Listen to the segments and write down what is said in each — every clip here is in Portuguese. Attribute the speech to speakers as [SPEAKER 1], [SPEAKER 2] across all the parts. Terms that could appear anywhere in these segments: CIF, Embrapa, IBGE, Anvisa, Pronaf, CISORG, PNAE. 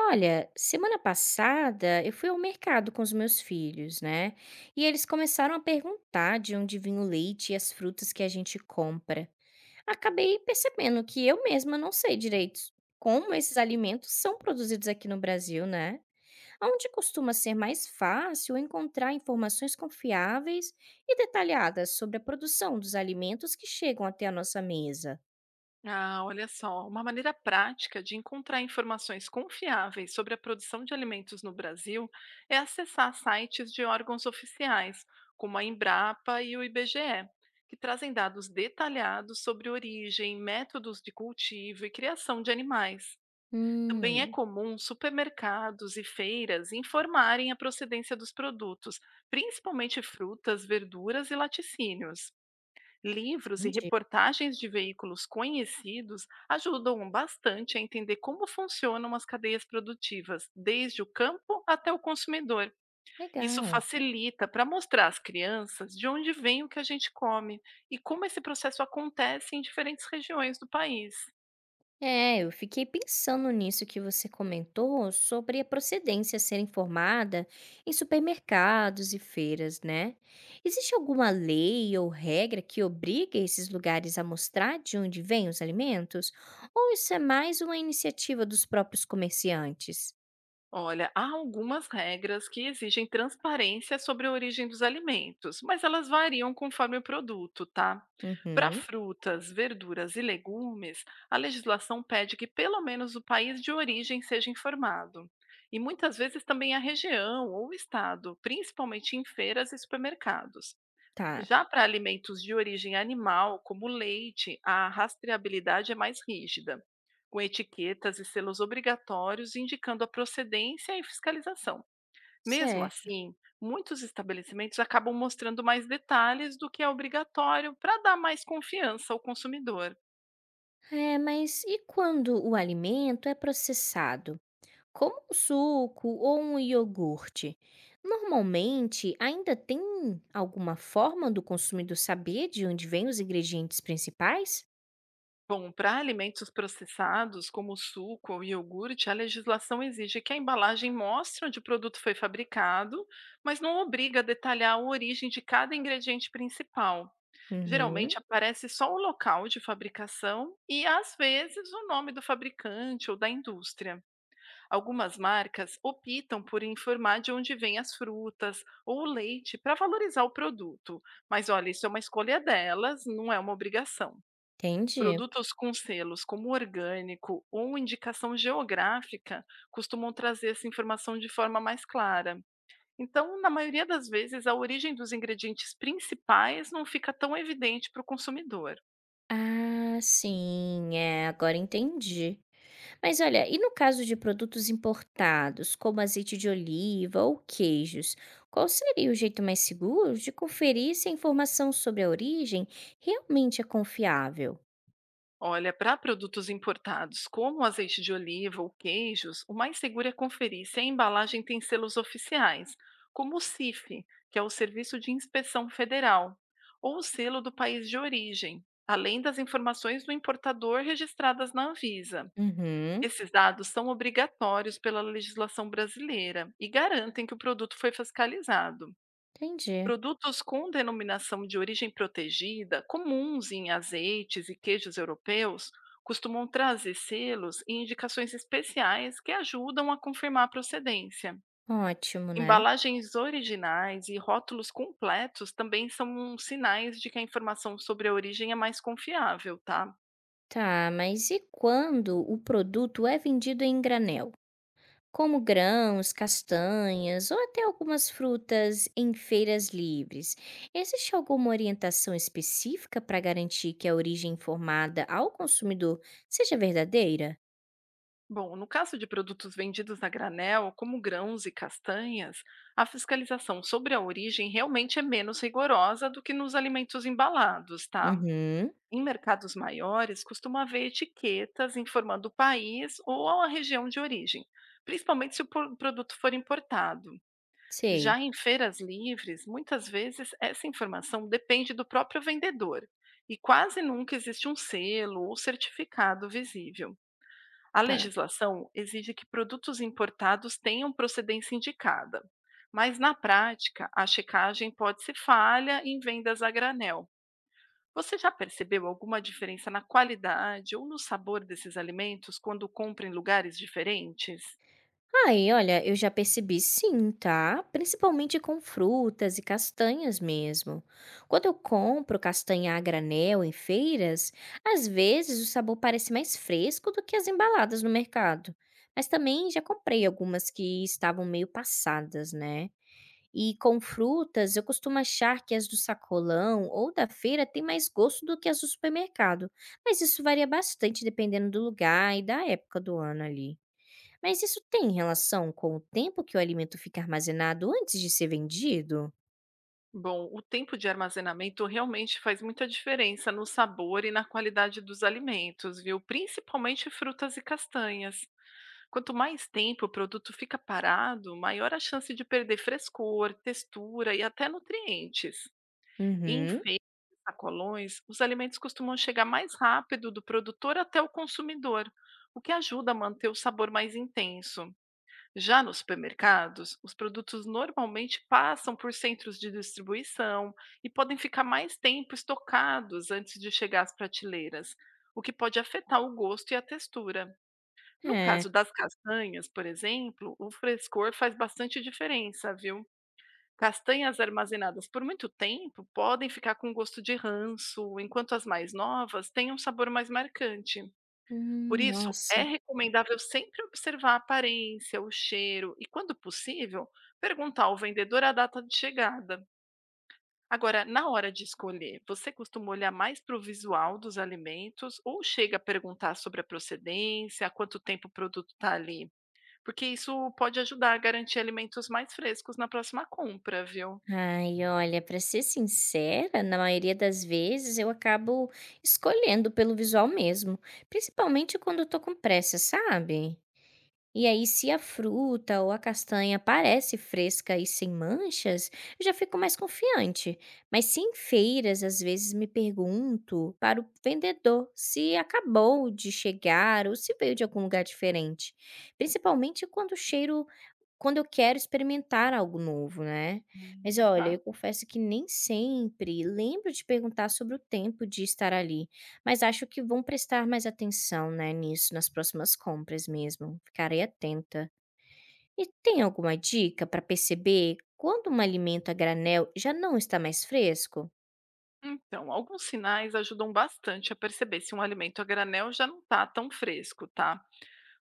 [SPEAKER 1] Olha, semana passada eu fui ao mercado com os meus filhos, né? E eles começaram a perguntar de onde vinha o leite e as frutas que a gente compra. Acabei percebendo que eu mesma não sei direito como esses alimentos são produzidos aqui no Brasil, né? Onde costuma ser mais fácil encontrar informações confiáveis e detalhadas sobre a produção dos alimentos que chegam até a nossa mesa.
[SPEAKER 2] Ah, olha só, uma maneira prática de encontrar informações confiáveis sobre a produção de alimentos no Brasil é acessar sites de órgãos oficiais, como a Embrapa e o IBGE, que trazem dados detalhados sobre origem, métodos de cultivo e criação de animais. Também é
[SPEAKER 1] Hum.
[SPEAKER 2] comum supermercados e feiras informarem a procedência dos produtos, principalmente frutas, verduras e laticínios. Livros e
[SPEAKER 1] Entendi.
[SPEAKER 2] reportagens de veículos conhecidos ajudam bastante a entender como funcionam as cadeias produtivas, desde o campo até o consumidor. Isso
[SPEAKER 1] Legal.
[SPEAKER 2] facilita para mostrar às crianças de onde vem o que a gente come e como esse processo acontece em diferentes regiões do país.
[SPEAKER 1] É, eu fiquei pensando nisso que você comentou sobre a procedência ser informada em supermercados e feiras, né? Existe alguma lei ou regra que obriga esses lugares a mostrar de onde vêm os alimentos? Ou isso é mais uma iniciativa dos próprios comerciantes?
[SPEAKER 2] Olha, há algumas regras que exigem transparência sobre a origem dos alimentos, mas elas variam conforme o produto, tá? Para
[SPEAKER 1] Uhum.
[SPEAKER 2] frutas, verduras e legumes, a legislação pede que pelo menos o país de origem seja informado. E muitas vezes também a região ou o estado, principalmente em feiras e supermercados.
[SPEAKER 1] Tá.
[SPEAKER 2] Já para alimentos de origem animal, como leite, a rastreabilidade é mais rígida, com etiquetas e selos obrigatórios indicando a procedência e fiscalização. Mesmo
[SPEAKER 1] Certo.
[SPEAKER 2] assim, muitos estabelecimentos acabam mostrando mais detalhes do que é obrigatório para dar mais confiança ao consumidor.
[SPEAKER 1] É, mas e quando o alimento é processado? Como um suco ou um iogurte, normalmente ainda tem alguma forma do consumidor saber de onde vêm os ingredientes principais?
[SPEAKER 2] Bom, para alimentos processados, como o suco ou iogurte, a legislação exige que a embalagem mostre onde o produto foi fabricado, mas não obriga a detalhar a origem de cada ingrediente principal.
[SPEAKER 1] Uhum,
[SPEAKER 2] Geralmente aparece só o local de fabricação e, às vezes, o nome do fabricante ou da indústria. Algumas marcas optam por informar de onde vêm as frutas ou o leite para valorizar o produto, mas olha, isso é uma escolha delas, não é uma obrigação.
[SPEAKER 1] entendi.
[SPEAKER 2] Produtos com selos como orgânico ou indicação geográfica costumam trazer essa informação de forma mais clara. Então, na maioria das vezes, a origem dos ingredientes principais não fica tão evidente para o consumidor.
[SPEAKER 1] Ah, sim, é, agora entendi. Mas olha, e no caso de produtos importados, como azeite de oliva ou queijos, qual seria o jeito mais seguro de conferir se a informação sobre a origem realmente é confiável?
[SPEAKER 2] Olha, para produtos importados, como azeite de oliva ou queijos, o mais seguro é conferir se a embalagem tem selos oficiais, como o CIF, que é o Serviço de Inspeção Federal, ou o selo do país de origem, além das informações do importador registradas na Anvisa.
[SPEAKER 1] Uhum,
[SPEAKER 2] Esses dados são obrigatórios pela legislação brasileira e garantem que o produto foi fiscalizado.
[SPEAKER 1] entendi.
[SPEAKER 2] Produtos com denominação de origem protegida, comuns em azeites e queijos europeus, costumam trazer selos e indicações especiais que ajudam a confirmar a procedência.
[SPEAKER 1] Ótimo, né?
[SPEAKER 2] Embalagens originais e rótulos completos também são um sinais de que a informação sobre a origem é mais confiável, tá?
[SPEAKER 1] Tá, mas e quando o produto é vendido em granel, como grãos, castanhas ou até algumas frutas em feiras livres? Existe alguma orientação específica para garantir que a origem informada ao consumidor seja verdadeira?
[SPEAKER 2] Bom, no caso de produtos vendidos a granel, como grãos e castanhas, a fiscalização sobre a origem realmente é menos rigorosa do que nos alimentos embalados, tá?
[SPEAKER 1] Uhum.
[SPEAKER 2] Em mercados maiores, costuma haver etiquetas informando o país ou a região de origem, principalmente se o produto for importado. Já
[SPEAKER 1] Sei.
[SPEAKER 2] em feiras livres, muitas vezes essa informação depende do próprio vendedor e quase nunca existe um selo ou certificado visível. A
[SPEAKER 1] Tá.
[SPEAKER 2] legislação exige que produtos importados tenham procedência indicada, mas na prática, a checagem pode ser falha em vendas a granel. Você já percebeu alguma diferença na qualidade ou no sabor desses alimentos quando compra em lugares diferentes?
[SPEAKER 1] Ai, olha, eu já percebi sim, tá? Principalmente com frutas e castanhas mesmo. Quando eu compro castanha a granel em feiras, às vezes o sabor parece mais fresco do que as embaladas no mercado. Mas também já comprei algumas que estavam meio passadas, né? E com frutas, eu costumo achar que as do sacolão ou da feira têm mais gosto do que as do supermercado. Mas isso varia bastante dependendo do lugar e da época do ano ali. Mas isso tem relação com o tempo que o alimento fica armazenado antes de ser vendido?
[SPEAKER 2] Bom, o tempo de armazenamento realmente faz muita diferença no sabor e na qualidade dos alimentos, viu? Principalmente frutas e castanhas. Quanto mais tempo o produto fica parado, maior a chance de perder frescor, textura e até nutrientes. Em
[SPEAKER 1] Uhum.
[SPEAKER 2] feiras e sacolões, os alimentos costumam chegar mais rápido do produtor até o consumidor, o que ajuda a manter o sabor mais intenso. Já nos supermercados, os produtos normalmente passam por centros de distribuição e podem ficar mais tempo estocados antes de chegar às prateleiras. O que pode afetar o gosto e a textura. No
[SPEAKER 1] É.
[SPEAKER 2] caso das castanhas, por exemplo, o frescor faz bastante diferença, viu? Castanhas armazenadas por muito tempo podem ficar com gosto de ranço, enquanto as mais novas têm um sabor mais marcante. Por isso, é
[SPEAKER 1] Nossa.
[SPEAKER 2] recomendável sempre observar a aparência, o cheiro e, quando possível, perguntar ao vendedor a data de chegada. Agora, na hora de escolher, você costuma olhar mais para o visual dos alimentos ou chega a perguntar sobre a procedência, há quanto tempo o produto está ali? Porque isso pode ajudar a garantir alimentos mais frescos na próxima compra, viu?
[SPEAKER 1] Ai, olha, pra ser sincera, na maioria das vezes eu acabo escolhendo pelo visual mesmo, principalmente quando eu tô com pressa, sabe? E aí, se a fruta ou a castanha parece fresca e sem manchas, eu já fico mais confiante. Mas se em feiras, às vezes me pergunto para o vendedor se acabou de chegar ou se veio de algum lugar diferente. Principalmente quando o cheiro quando eu quero experimentar algo novo, né. Mas olha, eu
[SPEAKER 2] Tá.
[SPEAKER 1] confesso que nem sempre lembro de perguntar sobre o tempo de estar ali, mas acho que vão prestar mais atenção, né, nisso nas próximas compras mesmo, ficarei atenta. E tem alguma dica para perceber quando um alimento a granel já não está mais fresco?
[SPEAKER 2] Então, alguns sinais ajudam bastante a perceber se um alimento a granel já não está tão fresco, tá?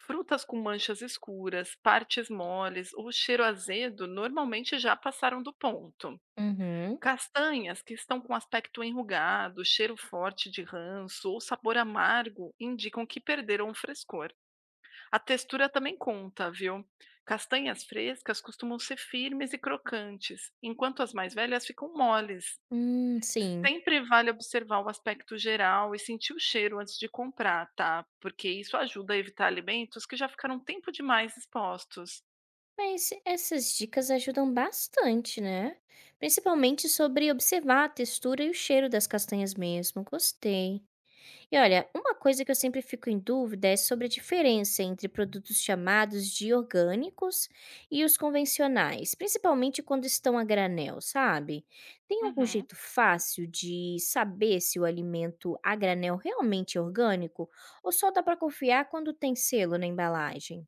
[SPEAKER 2] Frutas com manchas escuras, partes moles ou cheiro azedo normalmente já passaram do ponto.
[SPEAKER 1] Uhum.
[SPEAKER 2] Castanhas que estão com aspecto enrugado, cheiro forte de ranço ou sabor amargo indicam que perderam o frescor. A textura também conta, viu? Castanhas frescas costumam ser firmes e crocantes, enquanto as mais velhas ficam moles.
[SPEAKER 1] Sim.
[SPEAKER 2] Sempre vale observar o aspecto geral e sentir o cheiro antes de comprar, tá? Porque isso ajuda a evitar alimentos que já ficaram um tempo demais expostos.
[SPEAKER 1] Mas essas dicas ajudam bastante, né. Principalmente sobre observar a textura e o cheiro das castanhas mesmo, gostei. E olha, uma coisa que eu sempre fico em dúvida é sobre a diferença entre produtos chamados de orgânicos e os convencionais, principalmente quando estão a granel, sabe? Tem algum
[SPEAKER 2] Uhum.
[SPEAKER 1] jeito fácil de saber se o alimento a granel realmente é orgânico ou só dá para confiar quando tem selo na embalagem?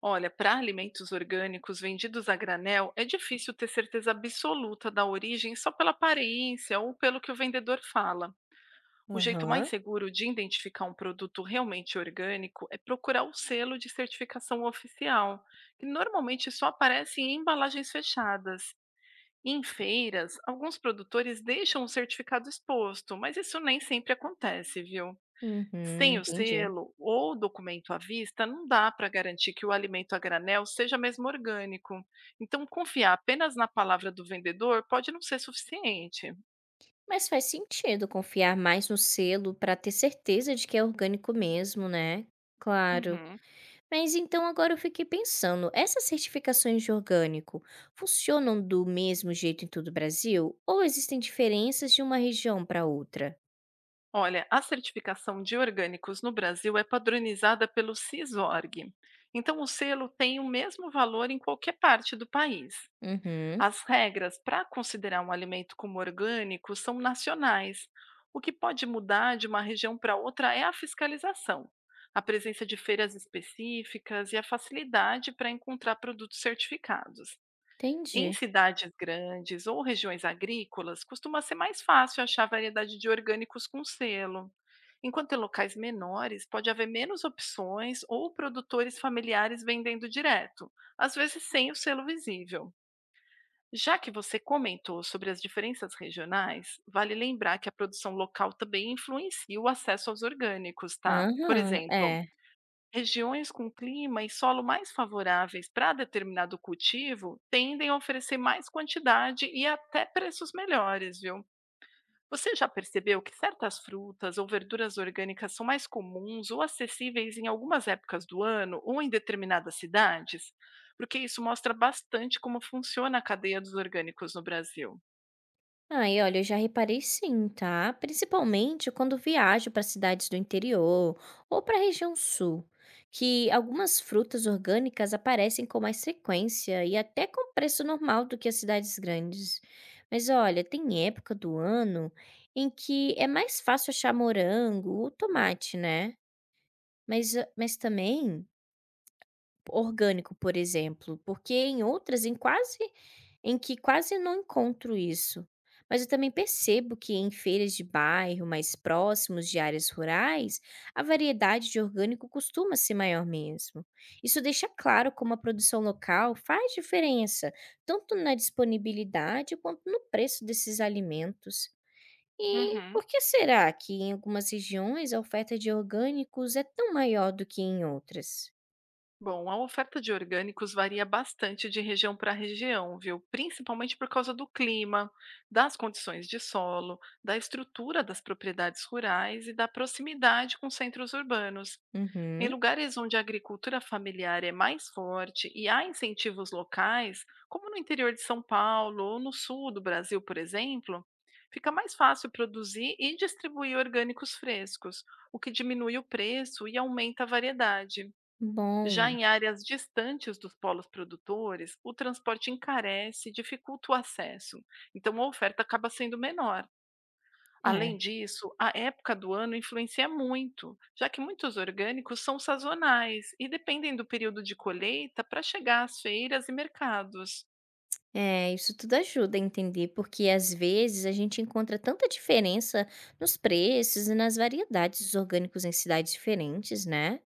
[SPEAKER 2] Olha, para alimentos orgânicos vendidos a granel, é difícil ter certeza absoluta da origem só pela aparência ou pelo que o vendedor fala. O jeito mais
[SPEAKER 1] Aham.
[SPEAKER 2] seguro de identificar um produto realmente orgânico é procurar o selo de certificação oficial, que normalmente só aparece em embalagens fechadas. Em feiras, alguns produtores deixam o certificado exposto, mas isso nem sempre acontece, viu?
[SPEAKER 1] Uhum,
[SPEAKER 2] Sem o
[SPEAKER 1] entendi.
[SPEAKER 2] selo ou documento à vista, não dá para garantir que o alimento a granel seja mesmo orgânico. Então, confiar apenas na palavra do vendedor pode não ser suficiente.
[SPEAKER 1] Mas faz sentido confiar mais no selo para ter certeza de que é orgânico mesmo, né? Claro.
[SPEAKER 2] Uhum.
[SPEAKER 1] Mas então agora eu fiquei pensando, essas certificações de orgânico funcionam do mesmo jeito em todo o Brasil ou existem diferenças de uma região para outra?
[SPEAKER 2] Olha, a certificação de orgânicos no Brasil é padronizada pelo CISORG. Então, o selo tem o mesmo valor em qualquer parte do país.
[SPEAKER 1] Uhum,
[SPEAKER 2] As regras para considerar um alimento como orgânico são nacionais. O que pode mudar de uma região para outra é a fiscalização, a presença de feiras específicas e a facilidade para encontrar produtos certificados. Em
[SPEAKER 1] entendi.
[SPEAKER 2] cidades grandes ou regiões agrícolas, costuma ser mais fácil achar variedade de orgânicos com selo. Enquanto em locais menores, pode haver menos opções ou produtores familiares vendendo direto, às vezes sem o selo visível. Já que você comentou sobre as diferenças regionais, vale lembrar que a produção local também influencia o acesso aos orgânicos, tá? Por
[SPEAKER 1] Aham,
[SPEAKER 2] exemplo,
[SPEAKER 1] é.
[SPEAKER 2] regiões com clima e solo mais favoráveis para determinado cultivo tendem a oferecer mais quantidade e até preços melhores, viu? Você já percebeu que certas frutas ou verduras orgânicas são mais comuns ou acessíveis em algumas épocas do ano ou em determinadas cidades? Porque isso mostra bastante como funciona a cadeia dos orgânicos no Brasil.
[SPEAKER 1] Ai, olha, eu já reparei sim, tá? Principalmente quando viajo para cidades do interior ou para a região sul, que algumas frutas orgânicas aparecem com mais frequência e até com preço normal do que as cidades grandes. Mas olha, tem época do ano em que é mais fácil achar morango ou tomate, né? Mas também orgânico, por exemplo, porque em outras em quase em que quase não encontro isso. Mas eu também percebo que em feiras de bairro mais próximos de áreas rurais, a variedade de orgânico costuma ser maior mesmo. Isso deixa claro como a produção local faz diferença, tanto na disponibilidade quanto no preço desses alimentos. E
[SPEAKER 2] Uhum.
[SPEAKER 1] por que será que em algumas regiões a oferta de orgânicos é tão maior do que em outras?
[SPEAKER 2] Bom, a oferta de orgânicos varia bastante de região para região, viu? Principalmente por causa do clima, das condições de solo, da estrutura das propriedades rurais e da proximidade com centros urbanos. Em
[SPEAKER 1] Uhum.
[SPEAKER 2] lugares onde a agricultura familiar é mais forte e há incentivos locais, como no interior de São Paulo ou no sul do Brasil, por exemplo, fica mais fácil produzir e distribuir orgânicos frescos, o que diminui o preço e aumenta a variedade. Já
[SPEAKER 1] Bom,
[SPEAKER 2] em áreas distantes dos polos produtores, o transporte encarece e dificulta o acesso, então a oferta acaba sendo menor. Além
[SPEAKER 1] é.
[SPEAKER 2] disso, a época do ano influencia muito, já que muitos orgânicos são sazonais e dependem do período de colheita para chegar às feiras e mercados.
[SPEAKER 1] É, isso tudo ajuda a entender, porque às vezes a gente encontra tanta diferença nos preços e nas variedades dos orgânicos em cidades diferentes, né?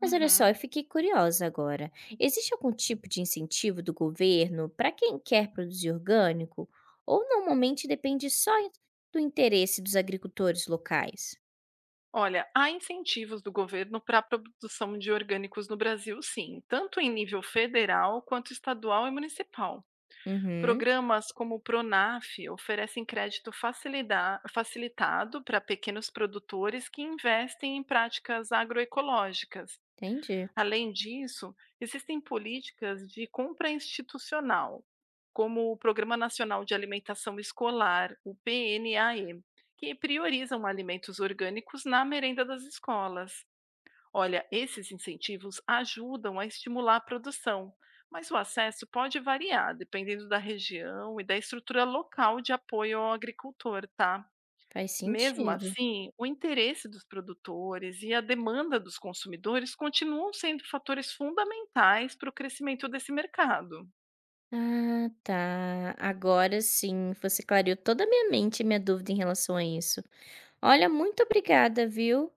[SPEAKER 1] Mas olha só,
[SPEAKER 2] Uhum.
[SPEAKER 1] eu fiquei curiosa agora. Existe algum tipo de incentivo do governo para quem quer produzir orgânico? Ou normalmente depende só do interesse dos agricultores locais?
[SPEAKER 2] Olha, há incentivos do governo para a produção de orgânicos no Brasil, sim, tanto em nível federal quanto estadual e municipal.
[SPEAKER 1] Uhum,
[SPEAKER 2] Programas como o Pronaf oferecem crédito facilitado para pequenos produtores que investem em práticas agroecológicas.
[SPEAKER 1] entendi.
[SPEAKER 2] Além disso, existem políticas de compra institucional, como o Programa Nacional de Alimentação Escolar, o PNAE, que priorizam alimentos orgânicos na merenda das escolas. Olha, esses incentivos ajudam a estimular a produção, mas o acesso pode variar dependendo da região e da estrutura local de apoio ao agricultor, tá?
[SPEAKER 1] Faz
[SPEAKER 2] Mesmo
[SPEAKER 1] sentido.
[SPEAKER 2] assim, o interesse dos produtores e a demanda dos consumidores continuam sendo fatores fundamentais para o crescimento desse mercado.
[SPEAKER 1] Ah, tá. Agora sim, você clareou toda a minha mente e minha dúvida em relação a isso. Olha, muito obrigada, viu?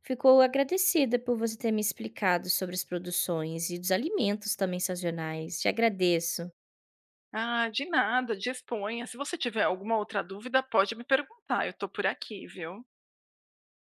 [SPEAKER 1] Ficou agradecida por você ter me explicado sobre as produções e dos alimentos também sazonais. Te agradeço.
[SPEAKER 2] Ah, de nada, disponha. Se você tiver alguma outra dúvida, pode me perguntar, eu estou por aqui, viu?